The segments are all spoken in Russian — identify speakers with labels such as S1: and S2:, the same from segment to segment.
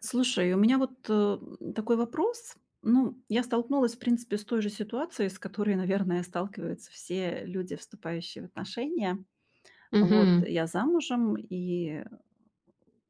S1: Слушай, у меня вот, такой вопрос. Ну, я столкнулась, в принципе, с той же ситуацией, с которой, наверное, сталкиваются все люди, вступающие в отношения. Вот
S2: Мгм.
S1: я замужем, и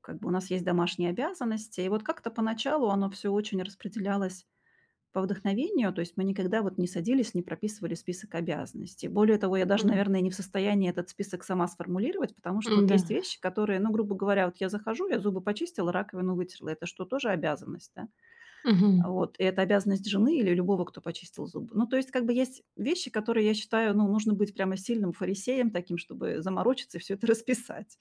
S1: как бы у нас есть домашние обязанности. И вот как-то поначалу оно все очень распределялось по вдохновению, то есть мы никогда вот не садились, не прописывали список обязанностей. Более того, я даже,
S2: М,
S1: наверное, не в состоянии этот список сама сформулировать, потому что вот
S2: м-да.
S1: есть вещи, которые, ну, грубо говоря, вот я захожу, я зубы почистила, раковину вытерла. Это что, тоже обязанность, да?
S2: Мгм.
S1: Вот, и это обязанность жены или любого, кто почистил зубы. Ну, то есть как бы есть вещи, которые, я считаю, ну, нужно быть прямо сильным фарисеем таким, чтобы заморочиться и всё это расписать.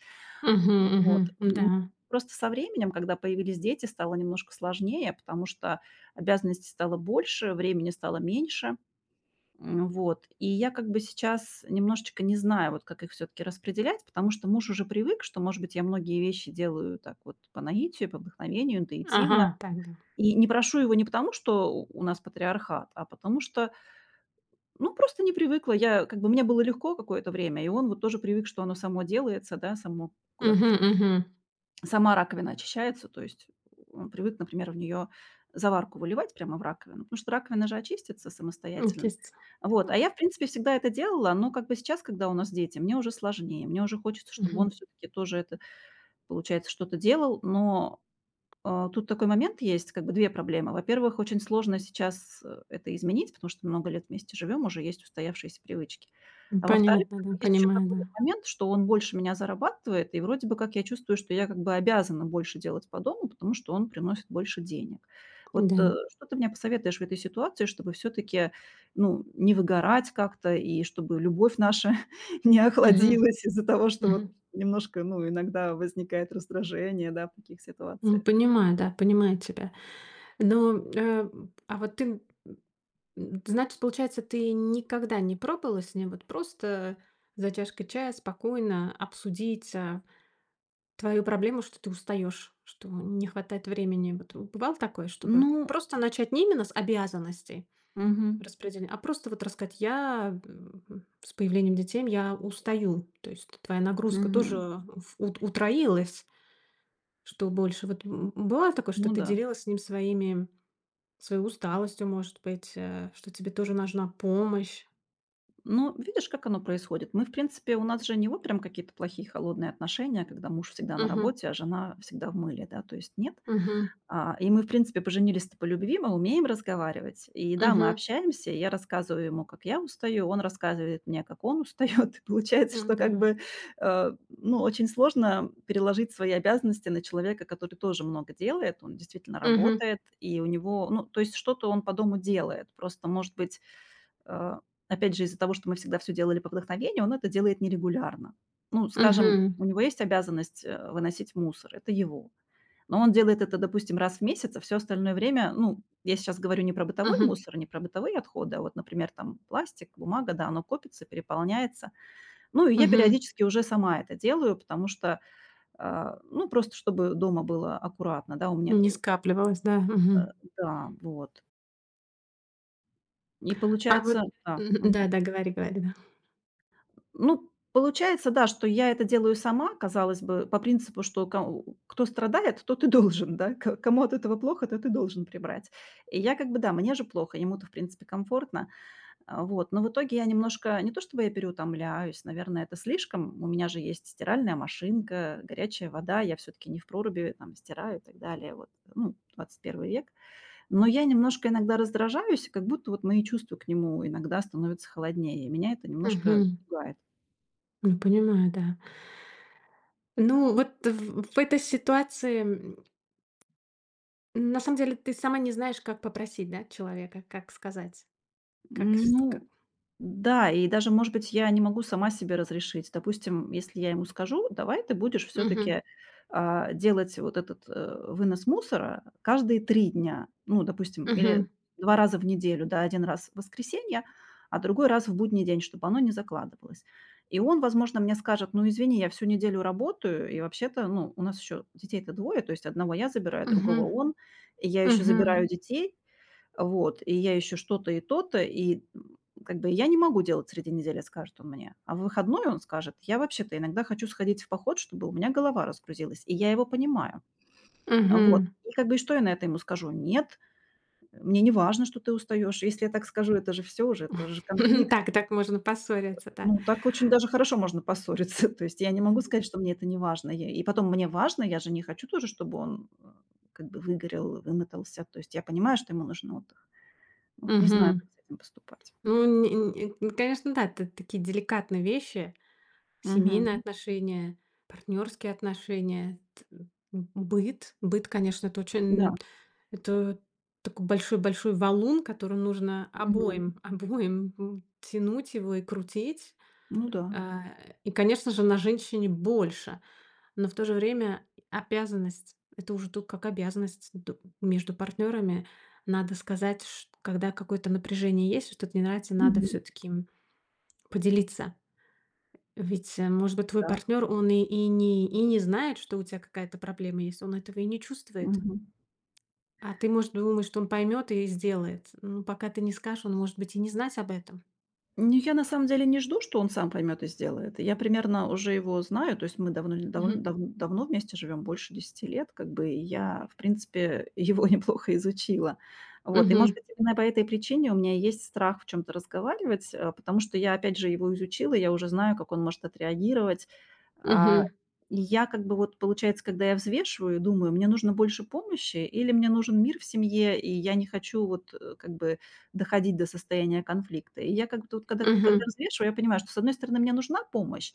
S2: Мгм, мгм.
S1: Вот.
S2: Да.
S1: Просто со временем, когда появились дети, стало немножко сложнее, потому что обязанностей стало больше, времени стало меньше. Вот. И я как бы сейчас немножечко не знаю, вот как их все таки распределять, потому что муж уже привык, что, может быть, я многие вещи делаю так вот по наитию, по вдохновению,
S2: Ага,
S1: интуитивно.
S2: так, да.
S1: И не прошу его не потому, что у нас патриархат, а потому что, ну, просто не привыкла. Я как бы мне было легко какое-то время, и он вот тоже привык, что оно само делается, да, само куда-то
S2: Мгм,
S1: в
S2: мгм.
S1: сама раковина очищается. То есть он привык, например, в нее заварку выливать прямо в раковину, потому что раковина же очистится самостоятельно.
S2: Естественно.
S1: Вот,
S2: Ну,
S1: а я, в принципе, всегда это делала, но как бы сейчас, когда у нас дети, мне уже сложнее, мне уже хочется, чтобы
S2: мгм.
S1: он все-таки тоже это, получается, что-то делал, но тут такой момент есть, как бы 2 проблемы. Во-первых, очень сложно сейчас, это изменить, потому что много лет вместе живем, уже есть устоявшиеся привычки.
S2: Ну,
S1: А во-вторых,
S2: понятно,
S1: как
S2: да,
S1: бы есть еще
S2: понимаю,
S1: такой
S2: да.
S1: момент, что он больше меня зарабатывает, и вроде бы как я чувствую, что я как бы обязана больше делать по дому, потому что он приносит больше денег. Вот,
S2: Да.
S1: что ты мне посоветуешь в этой ситуации, чтобы все-таки, ну, не выгорать как-то и чтобы любовь наша не
S2: Мгм,
S1: охладилась из-за того, что
S2: мгм.
S1: вот немножко, ну, иногда возникает раздражение, да, в таких
S2: Ну,
S1: ситуациях?
S2: понимаю, да, понимаю тебя. Но, а вот ты, значит, получается, ты никогда не пробовала с ним вот просто за чашкой чая спокойно обсудить, а твою проблему, что ты устаешь, что не хватает времени. Вот бывало такое, чтобы
S1: Ну,
S2: просто начать не именно с обязанностей
S1: мгм,
S2: распределения, а просто вот рассказать, я с появлением детей, я устаю. То есть твоя нагрузка тоже
S1: мгм.
S2: утроилась, что больше. Вот бывало такое, что
S1: Ну
S2: ты
S1: да.
S2: делилась с ним своими, своей усталостью, может быть, что тебе тоже нужна помощь.
S1: Ну, видишь, как оно происходит. Мы, в принципе, у нас же не вот прям какие-то плохие холодные отношения, когда муж всегда на
S2: Мгм.
S1: работе, а жена всегда в мыле, да, то есть нет.
S2: Мгм.
S1: И мы, в принципе, поженились-то по любви, мы умеем разговаривать. И да, мы
S2: Мгм.
S1: общаемся, и я рассказываю ему, как я устаю, он рассказывает мне, как он устает. И получается,
S2: М,
S1: что
S2: да.
S1: как бы, ну, очень сложно переложить свои обязанности на человека, который тоже много делает, он действительно
S2: Мгм.
S1: работает, и у него, ну, то есть что-то он по дому делает. Просто, может быть, э, опять же, из-за того, что мы всегда все делали по вдохновению, он это делает нерегулярно. Ну, скажем,
S2: Мгм.
S1: у него есть обязанность выносить мусор, это его. Но он делает это, допустим, раз в месяц, а все остальное время, ну, я сейчас говорю не про бытовой
S2: Мгм.
S1: мусор, не про бытовые отходы, а вот, например, там пластик, бумага, да, оно копится, переполняется. Ну, и я
S2: Мгм.
S1: периодически уже сама это делаю, потому что, ну, просто чтобы дома было аккуратно, да, у меня,
S2: Не скапливалось, да.
S1: э,
S2: Мгм.
S1: да, вот. И
S2: А
S1: получается,
S2: вот
S1: да.
S2: мгм, да-да, говори, говори, да.
S1: Ну, получается, да, что я это делаю сама, казалось бы, по принципу, что кто страдает, тот и должен, да, кому от этого плохо, тот и должен прибрать. И я как бы, да, мне же плохо, ему-то, в принципе, комфортно, а, вот, но в итоге я немножко, не то чтобы я переутомляюсь, наверное, это слишком, у меня же есть стиральная машинка, горячая вода, я все-таки не в проруби там стираю и так далее, вот, ну, 21-й век, но я немножко иногда раздражаюсь, и как будто вот мои чувства к нему иногда становятся холоднее, и меня это немножко
S2: Мгм.
S1: пугает.
S2: Ну, понимаю, да. Ну, вот в этой ситуации, на самом деле, ты сама не знаешь, как попросить, да, человека, как сказать, как.
S1: Ну да, и даже, может быть, я не могу сама себе разрешить. Допустим, если я ему скажу: "Давай ты будешь все
S2: Мгм,
S1: таки делать вот этот, вынос мусора каждые 3 дня". Ну, допустим, или
S2: мгм,
S1: 2 раза в неделю, да, один раз в воскресенье, а другой раз в будний день, чтобы оно не закладывалось. И он, возможно, мне скажет: "Ну, извини, я всю неделю работаю, и вообще-то, ну, у нас еще детей-то двое, то есть одного я забираю, другого
S2: мгм,
S1: он, и я еще
S2: мгм,
S1: забираю детей". Вот, и я еще что-то и то-то, и, как бы я не могу делать среди недели, скажет он мне. А в выходной он скажет: "Я вообще-то иногда хочу сходить в поход, чтобы у меня голова разгрузилась". И я его понимаю. Вот.
S2: мгм.
S1: И как бы и что я на это ему скажу? Нет, мне не важно, что ты устаешь. Если я так скажу, это же все уже, это уже конфликт.
S2: Так, так можно поссориться, да.
S1: Ну, так очень даже хорошо можно поссориться. То есть я не могу сказать, что мне это не важно. Я и потом мне важно, я же не хочу тоже, чтобы он, как бы выгорел, вымотался. То есть я понимаю, что ему нужен отдых. Вот не знаю,
S2: Мгм.
S1: как с этим поступать.
S2: Ну, не не, конечно, да, это такие деликатные вещи.
S1: Мгм.
S2: Семейные отношения, партнерские отношения, быт. Быт, конечно, это
S1: Да.
S2: очень это такой большой-большой валун, который нужно
S1: Мгм.
S2: обоим обоим, тянуть его и крутить.
S1: Ну да.
S2: А, и, конечно же, на женщине больше, но в то же время обязанность — это уже тут как обязанность д между партнерами. Надо сказать, чт когда какое-то напряжение есть, что-то не нравится, надо
S1: Мгм.
S2: все таки поделиться. Ведь, может быть, твой
S1: Так.
S2: партнер, он не знает, что у тебя какая-то проблема есть, он этого и не чувствует.
S1: Мгм.
S2: А ты, может, думаешь, что он поймет и сделает. Ну, пока ты не скажешь, он может быть и не знать об этом.
S1: Ну, я на самом деле не жду, что он сам поймет и сделает. Я примерно уже его знаю, то есть мы давно, давно,
S2: Мгм.
S1: дав- давно вместе живем, больше 10 лет, как бы, и я, в принципе, его неплохо изучила. Вот, и, может
S2: Мгм.
S1: быть, именно по этой причине у меня есть страх в чем-то разговаривать, потому что я, опять же, его изучила, я уже знаю, как он может отреагировать. А,
S2: Мгм.
S1: и я как бы вот, получается, когда я взвешиваю, думаю, мне нужно больше помощи или мне нужен мир в семье, и я не хочу вот как бы доходить до состояния конфликта. И я как бы тут, когда
S2: Мгм.
S1: взвешиваю, я понимаю, что, с одной стороны, мне нужна помощь,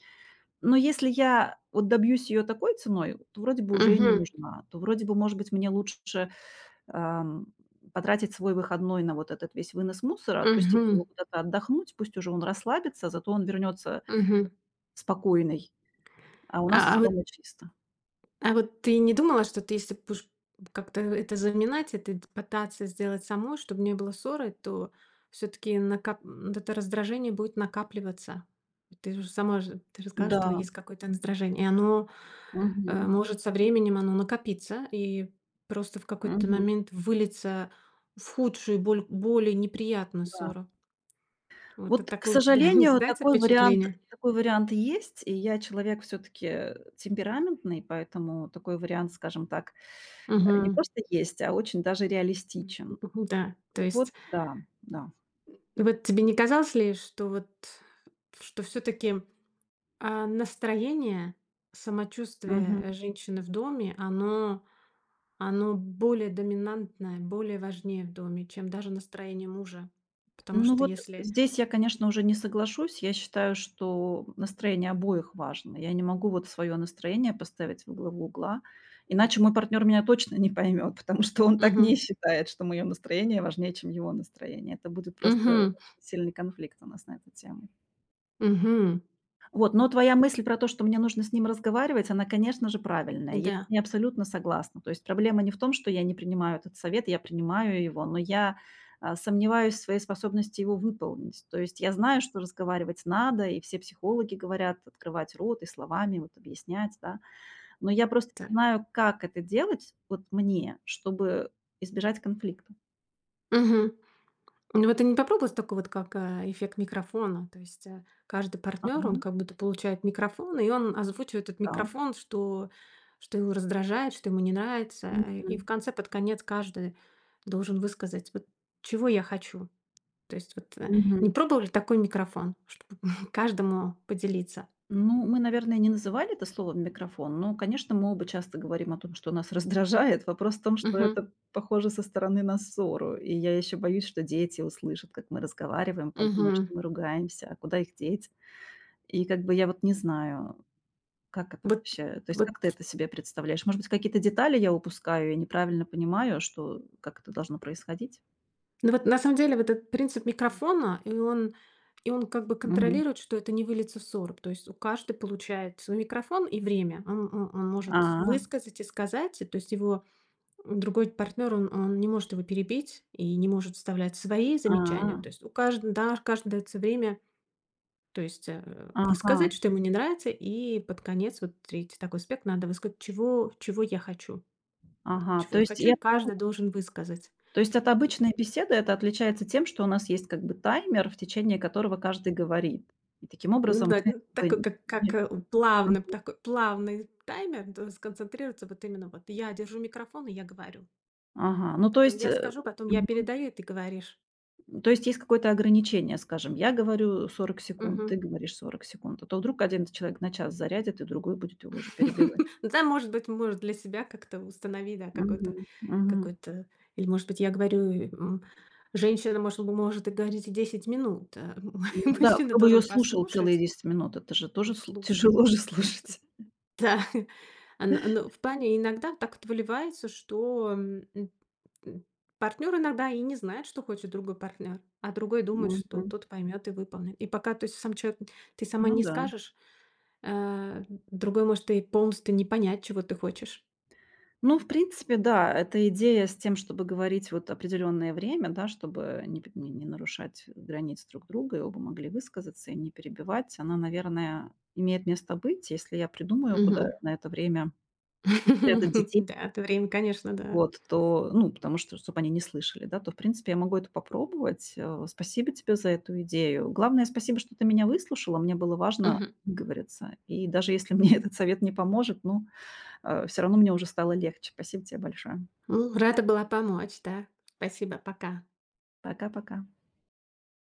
S1: но если я вот добьюсь ее такой ценой, то вроде бы уже и не
S2: Мгм.
S1: нужна, то вроде бы, может быть, мне лучше, ам, потратить свой выходной на вот этот весь вынос мусора, отпустить
S2: Мгм.
S1: его куда-то отдохнуть, пусть уже он расслабится, зато он вернется
S2: Мгм.
S1: спокойный, а у
S2: А
S1: нас
S2: а вот
S1: дома чисто.
S2: А вот ты не думала, что ты, если будешь как-то это заминать, это пытаться сделать самой, чтобы не было ссоры, то все-таки это раздражение будет накапливаться. Ты же сказала, что
S1: Да.
S2: есть какое-то раздражение, и оно
S1: Мгм.
S2: может со временем оно накопиться и просто в какой-то
S1: Мгм.
S2: момент вылиться в худшую, боль, более неприятную
S1: Да.
S2: ссору. Вот это
S1: Вот, к
S2: такое у тебя не
S1: сожалению,
S2: создается впечатление?
S1: такой вариант есть. И я человек все таки темпераментный, поэтому такой вариант, скажем так, не
S2: Угу.
S1: просто есть, а очень даже реалистичен.
S2: Да,
S1: И
S2: то
S1: вот
S2: есть
S1: да, да.
S2: вот тебе не казалось ли, что вот, что все таки настроение, самочувствие, женщины в доме, оно оно более доминантное, более важнее в доме, чем даже настроение мужа? Потому
S1: Ну
S2: что
S1: вот
S2: если
S1: здесь я, конечно, уже не соглашусь. Я считаю, что настроение обоих важно. Я не могу вот свое настроение поставить во главу угла, иначе мой партнер меня точно не поймет, потому что он так не
S2: мгм.
S1: считает, что мое настроение важнее, чем его настроение. Это будет просто
S2: Мгм.
S1: очень сильный конфликт у нас на эту тему.
S2: Мгм.
S1: Вот, но твоя мысль про то, что мне нужно с ним разговаривать, она, конечно же, правильная. Я с
S2: Да,
S1: ней абсолютно согласна. То есть проблема не в том, что я не принимаю этот совет, я принимаю его, но я, сомневаюсь в своей способности его выполнить. То есть я знаю, что разговаривать надо, и все психологи говорят открывать рот и словами вот объяснять, да. Но я просто
S2: да.
S1: не знаю, как это делать вот мне, чтобы избежать конфликта.
S2: Ну, вот ты не попробовала такой вот, как, эффект микрофона? То есть, каждый партнер, он
S1: Ага,
S2: как будто получает микрофон, и он озвучивает этот
S1: так.
S2: микрофон, что что его раздражает, что ему не нравится. И в
S1: Мгм.
S2: конце, под конец, каждый должен высказать: "Вот чего я хочу". То есть вот,
S1: Мгм.
S2: не пробовали такой микрофон, чтобы каждому поделиться?
S1: Ну, мы, наверное, не называли это словом "микрофон", но, конечно, мы оба часто говорим о том, что нас раздражает. Вопрос в том, что
S2: Угу,
S1: это похоже со стороны на ссору. И я еще боюсь, что дети услышат, как мы разговариваем, подумают,
S2: угу.
S1: что мы ругаемся, а куда их деть? И как бы я вот не знаю, как это
S2: Вот
S1: вообще, то есть
S2: вот
S1: как ты это себе представляешь? Может быть, какие-то детали я упускаю и неправильно понимаю, что как это должно происходить?
S2: Ну вот на самом деле вот этот принцип микрофона, и он как бы
S1: Мгм.
S2: контролирует, что это не выльется в ссору. То есть у каждый получает свой микрофон и время. Он, он может
S1: А,
S2: высказать и сказать, и то есть его другой партнер, он не может его перебить и не может вставлять свои
S1: а,
S2: замечания. То
S1: а,
S2: есть у каждого, да, каждому дается время, то есть
S1: ага,
S2: высказать, что ему не нравится, и под конец, вот третий такой аспект, надо высказать, чего, чего я хочу.
S1: ага.
S2: Чего я хочу, и каждый должен высказать.
S1: То есть от обычной беседы это отличается тем, что у нас есть как бы таймер, в течение которого каждый говорит. И таким
S2: Ну
S1: образом
S2: да,
S1: мы
S2: н
S1: как
S2: такой,
S1: бы
S2: как как,
S1: не
S2: э,
S1: м,
S2: плавно такой плавный таймер, да, сконцентрироваться вот именно вот. Я держу микрофон, и я говорю.
S1: ага, ну, то
S2: Потом
S1: есть,
S2: я скажу, потом я
S1: мгм,
S2: передаю, и ты говоришь.
S1: то есть есть какое-то ограничение, скажем, я говорю 40 секунд,
S2: Мгм.
S1: ты говоришь 40 секунд, а то вдруг один человек на час зарядит, и другой будет его уже перебивать.
S2: Да, может быть, может, для себя как-то установи, да, какой-то
S1: Мгм, мгм.
S2: какой-то или, может быть, я говорю, м, женщина, может, может и говорить и 10 минут, а
S1: Ну да,
S2: мужчина
S1: кто бы
S2: должен
S1: ее слушал целые
S2: послушать.
S1: 10 минут, это же
S2: Он
S1: тоже сл
S2: слушал.
S1: тяжело же слушать.
S2: Ну, в плане иногда так вот выливается, что м, партнер иногда и не знает, что хочет другой партнер, а другой думает, что
S1: Мгм.
S2: тот поймет и выполнит. И пока то есть, сам человек, ты сама
S1: Ну
S2: не
S1: да.
S2: скажешь, э, другой может и полностью не понять, чего ты хочешь.
S1: Ну, в принципе, да, эта идея с тем, чтобы говорить вот определенное время, да, чтобы не, п- не- не нарушать границ друг друга, и оба могли высказаться и не перебивать, она, наверное, имеет место быть. Если я придумаю, куда
S2: Мгм.
S1: на это время спрятать детей,
S2: Да, это время, конечно, да.
S1: вот, то, ну, потому что, чтобы они не слышали, да, то, в принципе, я могу это попробовать. Спасибо тебе за эту идею. Главное, спасибо, что ты меня выслушала. Мне было важно
S2: Мгм.
S1: выговориться. И даже если мне этот совет не поможет, ну, все равно мне уже стало легче. Спасибо тебе большое.
S2: Ну, рада была помочь, да. Спасибо, пока.
S1: Пока-пока.